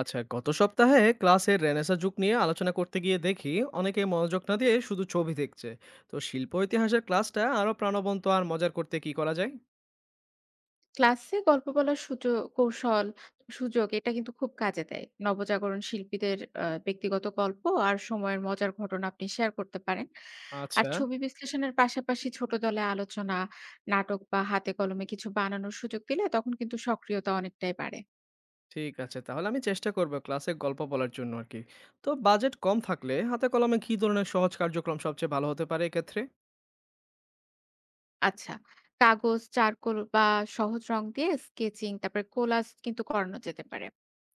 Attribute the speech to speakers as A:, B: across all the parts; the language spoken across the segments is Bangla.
A: আচ্ছা, গত সপ্তাহে ক্লাসের রেনেসাঁ যুগ নিয়ে আলোচনা করতে গিয়ে দেখি অনেকে মনোযোগ না দিয়ে শুধু ছবি দেখছে। তো শিল্প ইতিহাসের ক্লাসটা আরো প্রাণবন্ত আর মজার করতে কি করা যায়?
B: ক্লাসে গল্প বলার সুযোগ কৌশল। এটা কিন্তু খুব কাজে দেয় নবজাগরণ শিল্পীদের। ব্যক্তিগত গল্প আর সময়ের মজার ঘটনা আপনি শেয়ার করতে পারেন। আর
A: আচ্ছা।
B: ছবি বিশ্লেষণের পাশাপাশি ছোট দলে আলোচনা, নাটক বা হাতে কলমে কিছু বানানোর সুযোগ দিলে তখন কিন্তু সক্রিয়তা অনেকটাই বাড়ে।
A: ঠিক আছে, তাহলে আমি চেষ্টা করব ক্লাসে গল্প বলার জন্য আর কি। তো বাজেট কম থাকলে হাতে কলমে কি ধরনের সহজ কার্যক্রম সবচেয়ে ভালো হতে পারে এক্ষেত্রে?
B: আচ্ছা, কাগজ, চারকোল বা সহজ রং দিয়ে স্কেচিং, তারপরে কোলাজ কিন্তু করানো যেতে পারে,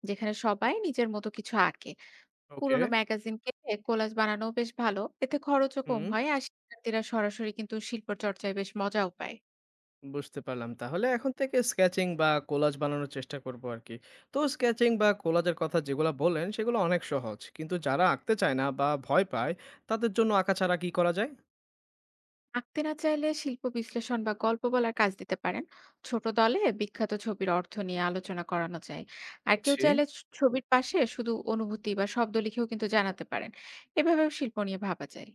B: যেখানে সবাই নিজের মতো কিছু আঁকে।
A: ওকে।
B: পুরোনো ম্যাগাজিন কেটে কোলাজ বানানো বেশ ভালো। এতে খরচও কম
A: হুম।
B: হয়, আর শিক্ষার্থীরা সরাসরি কিন্তু শিল্প চর্চায় বেশ মজাও পায়।
A: বুঝতে পারলাম। তাহলে এখন থেকে স্কেচিং বা কোলাজ বানানোর চেষ্টা করব আরকি। তো স্কেচিং বা কোলাজের কথা যেগুলা বললেন, সেগুলো অনেক সহজ। কিন্তু যারা আঁকতে চায় না বা ভয় পায়, তাদের জন্য আঁকা ছাড়া কি করা যায়?
B: আঁকতে না চাইলে শিল্প বিশ্লেষণ বা গল্প বলার কাজ দিতে পারেন। ছোট দলে বিখ্যাত ছবির অর্থ নিয়ে আলোচনা করানো যায়। আর কেউ
A: বুঝছি।
B: চাইলে ছবির পাশে শুধু অনুভূতি বা শব্দ লিখেও কিন্তু জানাতে পারেন। এভাবেও শিল্প নিয়ে ভাবা যায়।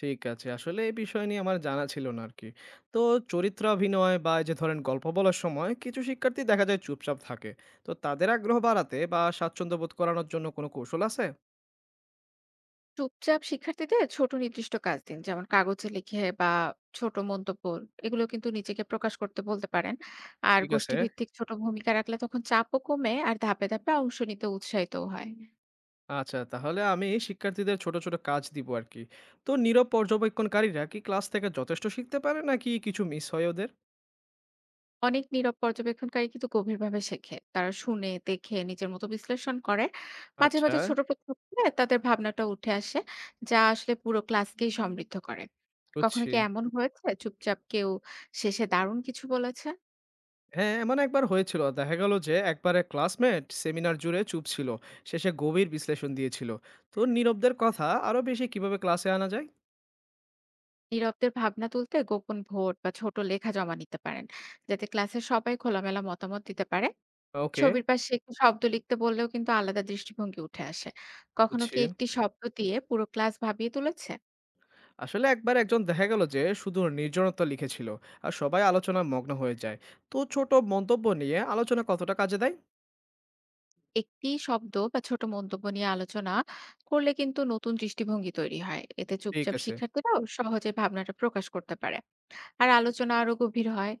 A: ঠিক আছে। আসলে এই বিষয় নিয়ে আমার জানা ছিল না আরকি। তো চরিত্রাভিনয় বা এই যে ধরেন গল্প বলার সময় কিছু শিক্ষার্থী দেখা যায় চুপচাপ থাকে। তো তাদের আগ্রহ বাড়াতে বা স্বাচ্ছন্দ্য বোধ করানোর জন্য কোনো কৌশল আছে?
B: চুপচাপ শিক্ষার্থীদের ছোট নির্দিষ্ট কাজ দিন, যেমন কাগজে লিখে বা ছোট মন্তব্য, এগুলো কিন্তু নিজেকে প্রকাশ করতে বলতে পারেন। আর
A: ঠিক আছে।
B: গোষ্ঠীভিত্তিক ছোট ভূমিকা রাখলে তখন চাপও কমে, আর ধাপে ধাপে অংশ নিতে উৎসাহিত হয়।
A: আচ্ছা, তাহলে আমি শিক্ষার্থীদের ছোট, ছোট কাজ দিব আরকি। তো নীরব পর্যবেক্ষণকারীরা কি ক্লাস থেকে যথেষ্ট শিখতে পারে নাকি কিছু মিস হয় ওদের?
B: অনেক নীরব পর্যবেক্ষণকারী কিন্তু গভীরভাবে শেখে, তারা শুনে, দেখে নিজের মতো বিশ্লেষণ করে। মাঝে
A: আচ্ছা,
B: মাঝে ছোট প্রশ্ন তাদের ভাবনাটা উঠে আসে, যা আসলে পুরো ক্লাসকেই সমৃদ্ধ করে। কখনো
A: বুঝছি।
B: কি এমন হয়েছে চুপচাপ কেউ শেষে দারুণ কিছু বলেছে?
A: হ্যাঁ, এমন একবার হয়েছিল। দেখা গেল যে একবারে ক্লাসমেট সেমিনার জুড়ে চুপ ছিল। শেষে গভীর বিশ্লেষণ দিয়েছিল। তো নীরবদের কথা আরো বেশি কিভাবে ক্লাসে আনা যায়?
B: নীরবদের ভাবনা তুলতে গোপন ভোট বা ছোট লেখা জমা নিতে পারেন, যাতে ক্লাসের সবাই খোলামেলা মতামত দিতে পারে।
A: ওকে,
B: ছবির পাশে একটু শব্দ লিখতে বললেও কিন্তু আলাদা দৃষ্টিভঙ্গি উঠে আসে। কখনো
A: বুঝছি।
B: কি একটি শব্দ দিয়ে পুরো ক্লাস ভাবিয়ে তুলেছে?
A: আসলে একবার একজন দেখা গেল যে শুধু নির্জনতা লিখেছিল আর সবাই আলোচনায় মগ্ন হয়ে যায়। তো ছোট মন্তব্য নিয়ে আলোচনা কতটা কাজে দেয়?
B: একটি শব্দ বা ছোট মন্তব্য নিয়ে আলোচনা করলে কিন্তু নতুন দৃষ্টিভঙ্গি তৈরি হয়, এতে
A: ঠিক
B: চুপচাপ
A: আছে।
B: শিক্ষার্থীরাও সহজে ভাবনাটা প্রকাশ করতে পারে। আর আলোচনা আরো গভীর হয়।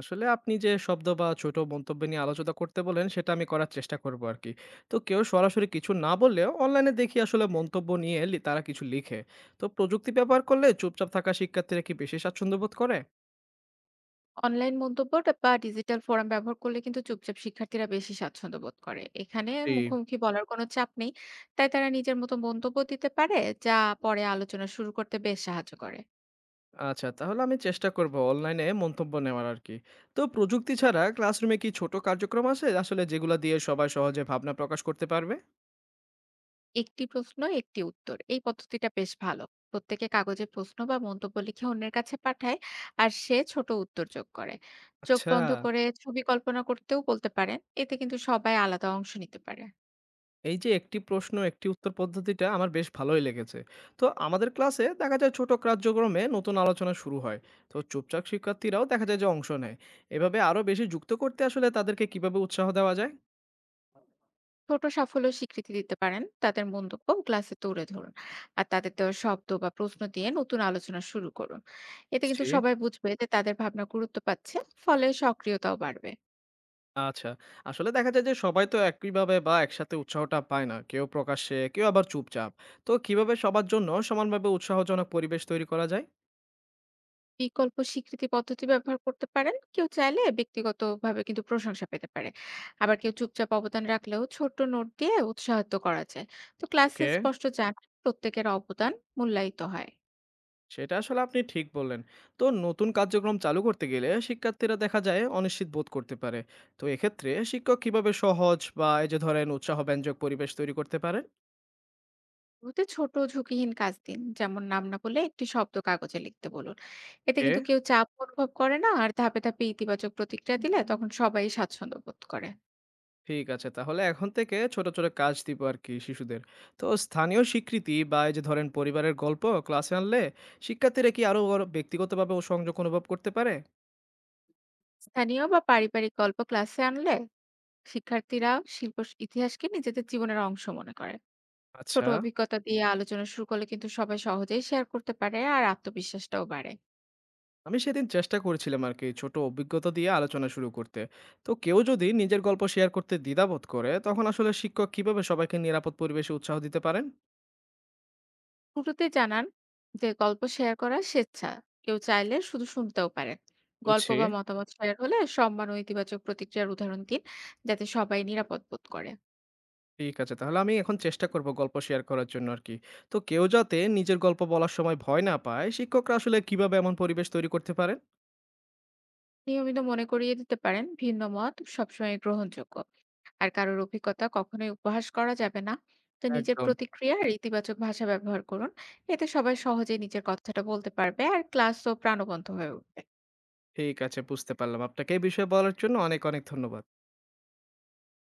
A: আসলে আপনি যে শব্দ বা ছোট মন্তব্য নিয়ে আলোচনা করতে বলেন সেটা আমি করার চেষ্টা করব আর কি। তো কেউ সরাসরি কিছু না বললেও অনলাইনে দেখি আসলে মন্তব্য নিয়ে তারা কিছু লিখে। তো প্রযুক্তি ব্যবহার করলে চুপচাপ থাকা শিক্ষার্থীরা কি বেশি স্বাচ্ছন্দ্য বোধ করে?
B: অনলাইন মন্তব্য বা ডিজিটাল ফোরাম ব্যবহার করলে কিন্তু চুপচাপ শিক্ষার্থীরা বেশি স্বাচ্ছন্দ্য বোধ করে, এখানে
A: জি।
B: মুখোমুখি বলার কোনো চাপ নেই, তাই তারা নিজের মতো মন্তব্য দিতে পারে, যা পরে আলোচনা শুরু করতে বেশ সাহায্য করে।
A: আচ্ছা, তাহলে আমি চেষ্টা করব অনলাইনে মন্তব্য নেওয়ার আর কি। তো প্রযুক্তি ছাড়া ক্লাসরুমে কি ছোট কার্যক্রম আছে আসলে যেগুলো দিয়ে সবাই সহজে ভাবনা প্রকাশ করতে পারবে?
B: একটি প্রশ্ন একটি উত্তর, এই পদ্ধতিটা বেশ ভালো। প্রত্যেকে কাগজে প্রশ্ন বা মন্তব্য লিখে অন্যের কাছে পাঠায়, আর সে ছোট উত্তর যোগ করে। চোখ
A: আচ্ছা,
B: বন্ধ করে ছবি কল্পনা করতেও বলতে পারেন, এতে কিন্তু সবাই আলাদা অংশ নিতে পারে।
A: এই যে একটি প্রশ্ন একটি উত্তর পদ্ধতিটা আমার বেশ ভালোই লেগেছে। তো আমাদের ক্লাসে দেখা যায় ছোট কার্যক্রমে নতুন আলোচনা শুরু হয়। তো চুপচাপ শিক্ষার্থীরাও দেখা যায় যে অংশ নেয়। এভাবে আরো বেশি যুক্ত করতে আসলে তাদেরকে কিভাবে উৎসাহ দেওয়া যায়?
B: ছোট সাফল্য স্বীকৃতি দিতে পারেন, তাদের মন্তব্য ক্লাসে তুলে ধরুন, আর তাদের দেওয়া শব্দ বা প্রশ্ন দিয়ে নতুন আলোচনা শুরু করুন। এতে কিন্তু
A: বুঝছি।
B: সবাই বুঝবে যে তাদের ভাবনা গুরুত্ব পাচ্ছে, ফলে সক্রিয়তাও বাড়বে।
A: আচ্ছা। আসলে দেখা যায় যে সবাই তো একইভাবে বা একসাথে উৎসাহটা পায় না, কেউ প্রকাশ্যে কেউ আবার চুপচাপ। তো কিভাবে সবার জন্য সমানভাবে উৎসাহজনক পরিবেশ তৈরি করা যায়?
B: বিকল্প স্বীকৃতি পদ্ধতি ব্যবহার করতে পারেন, কেউ চাইলে ব্যক্তিগতভাবে কিন্তু প্রশংসা পেতে পারে, আবার কেউ চুপচাপ অবদান রাখলেও ছোট নোট দিয়ে উৎসাহিত করা যায়। তো ক্লাসে
A: ওকে।
B: স্পষ্ট জানা, প্রত্যেকের অবদান মূল্যায়িত হয়।
A: সেটা আসলে আপনি ঠিক বললেন। তো নতুন কার্যক্রম চালু করতে গেলে শিক্ষার্থীরা দেখা যায় অনিশ্চিত বোধ করতে পারে। তো এক্ষেত্রে শিক্ষক কিভাবে সহজ বা এই যে ধরেন উৎসাহব্যঞ্জক পরিবেশ তৈরি করতে পারেন?
B: শুরুতে ছোট ঝুঁকিহীন কাজ দিন, যেমন নাম না বলে একটি শব্দ কাগজে লিখতে বলুন। এতে
A: ওকে।
B: কিন্তু কেউ চাপ অনুভব করে না, আর ধাপে ধাপে ইতিবাচক প্রতিক্রিয়া দিলে তখন সবাই স্বাচ্ছন্দ্য বোধ করে।
A: ঠিক আছে, তাহলে এখন থেকে ছোট, ছোট কাজ দিব আর কি শিশুদের। তো স্থানীয় স্বীকৃতি বা এই যে ধরেন পরিবারের গল্প ক্লাসে আনলে শিক্ষার্থীরা কি আরো ব্যক্তিগতভাবে ও সংযোগ অনুভব করতে পারে?
B: স্থানীয় বা পারিবারিক গল্প ক্লাসে আনলে শিক্ষার্থীরা শিল্প ইতিহাসকে নিজেদের জীবনের অংশ মনে করে। ছোট
A: আচ্ছা।
B: অভিজ্ঞতা দিয়ে আলোচনা শুরু করলে কিন্তু সবাই সহজেই শেয়ার করতে পারে, আর আত্মবিশ্বাসটাও বাড়ে।
A: আমি সেদিন চেষ্টা করেছিলাম আরকি ছোট অভিজ্ঞতা দিয়ে আলোচনা শুরু করতে। তো কেউ যদি নিজের গল্প শেয়ার করতে দ্বিধাবোধ করে, তখন আসলে শিক্ষক কিভাবে সবাইকে নিরাপদ পরিবেশে উৎসাহ দিতে পারেন?
B: শুরুতে জানান যে গল্প শেয়ার করার স্বেচ্ছা, কেউ চাইলে শুধু শুনতেও পারেন। গল্প
A: বুঝছি।
B: বা মতামত শেয়ার হলে সম্মান ও ইতিবাচক প্রতিক্রিয়ার উদাহরণ দিন, যাতে সবাই নিরাপদ বোধ করে।
A: ঠিক আছে, তাহলে আমি এখন চেষ্টা করব গল্প শেয়ার করার জন্য আরকি। তো কেউ যাতে নিজের গল্প বলার সময় ভয় না পায়, শিক্ষকরা আসলে কিভাবে এমন পরিবেশ তৈরি করতে পারেন?
B: নিয়মিত মনে করিয়ে দিতে পারেন ভিন্ন মত সবসময় গ্রহণযোগ্য, আর কারোর অভিজ্ঞতা কখনোই উপহাস করা যাবে না। তো নিজের
A: একদম।
B: প্রতিক্রিয়া আর ইতিবাচক ভাষা ব্যবহার করুন, এতে সবাই সহজে নিজের কথাটা বলতে পারবে আর ক্লাসও প্রাণবন্ত হয়ে উঠবে।
A: ঠিক আছে, বুঝতে পারলাম। আপনাকে এই বিষয়ে বলার জন্য অনেক অনেক ধন্যবাদ।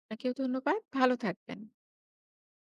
B: আপনাকেও ধন্যবাদ, ভালো থাকবেন।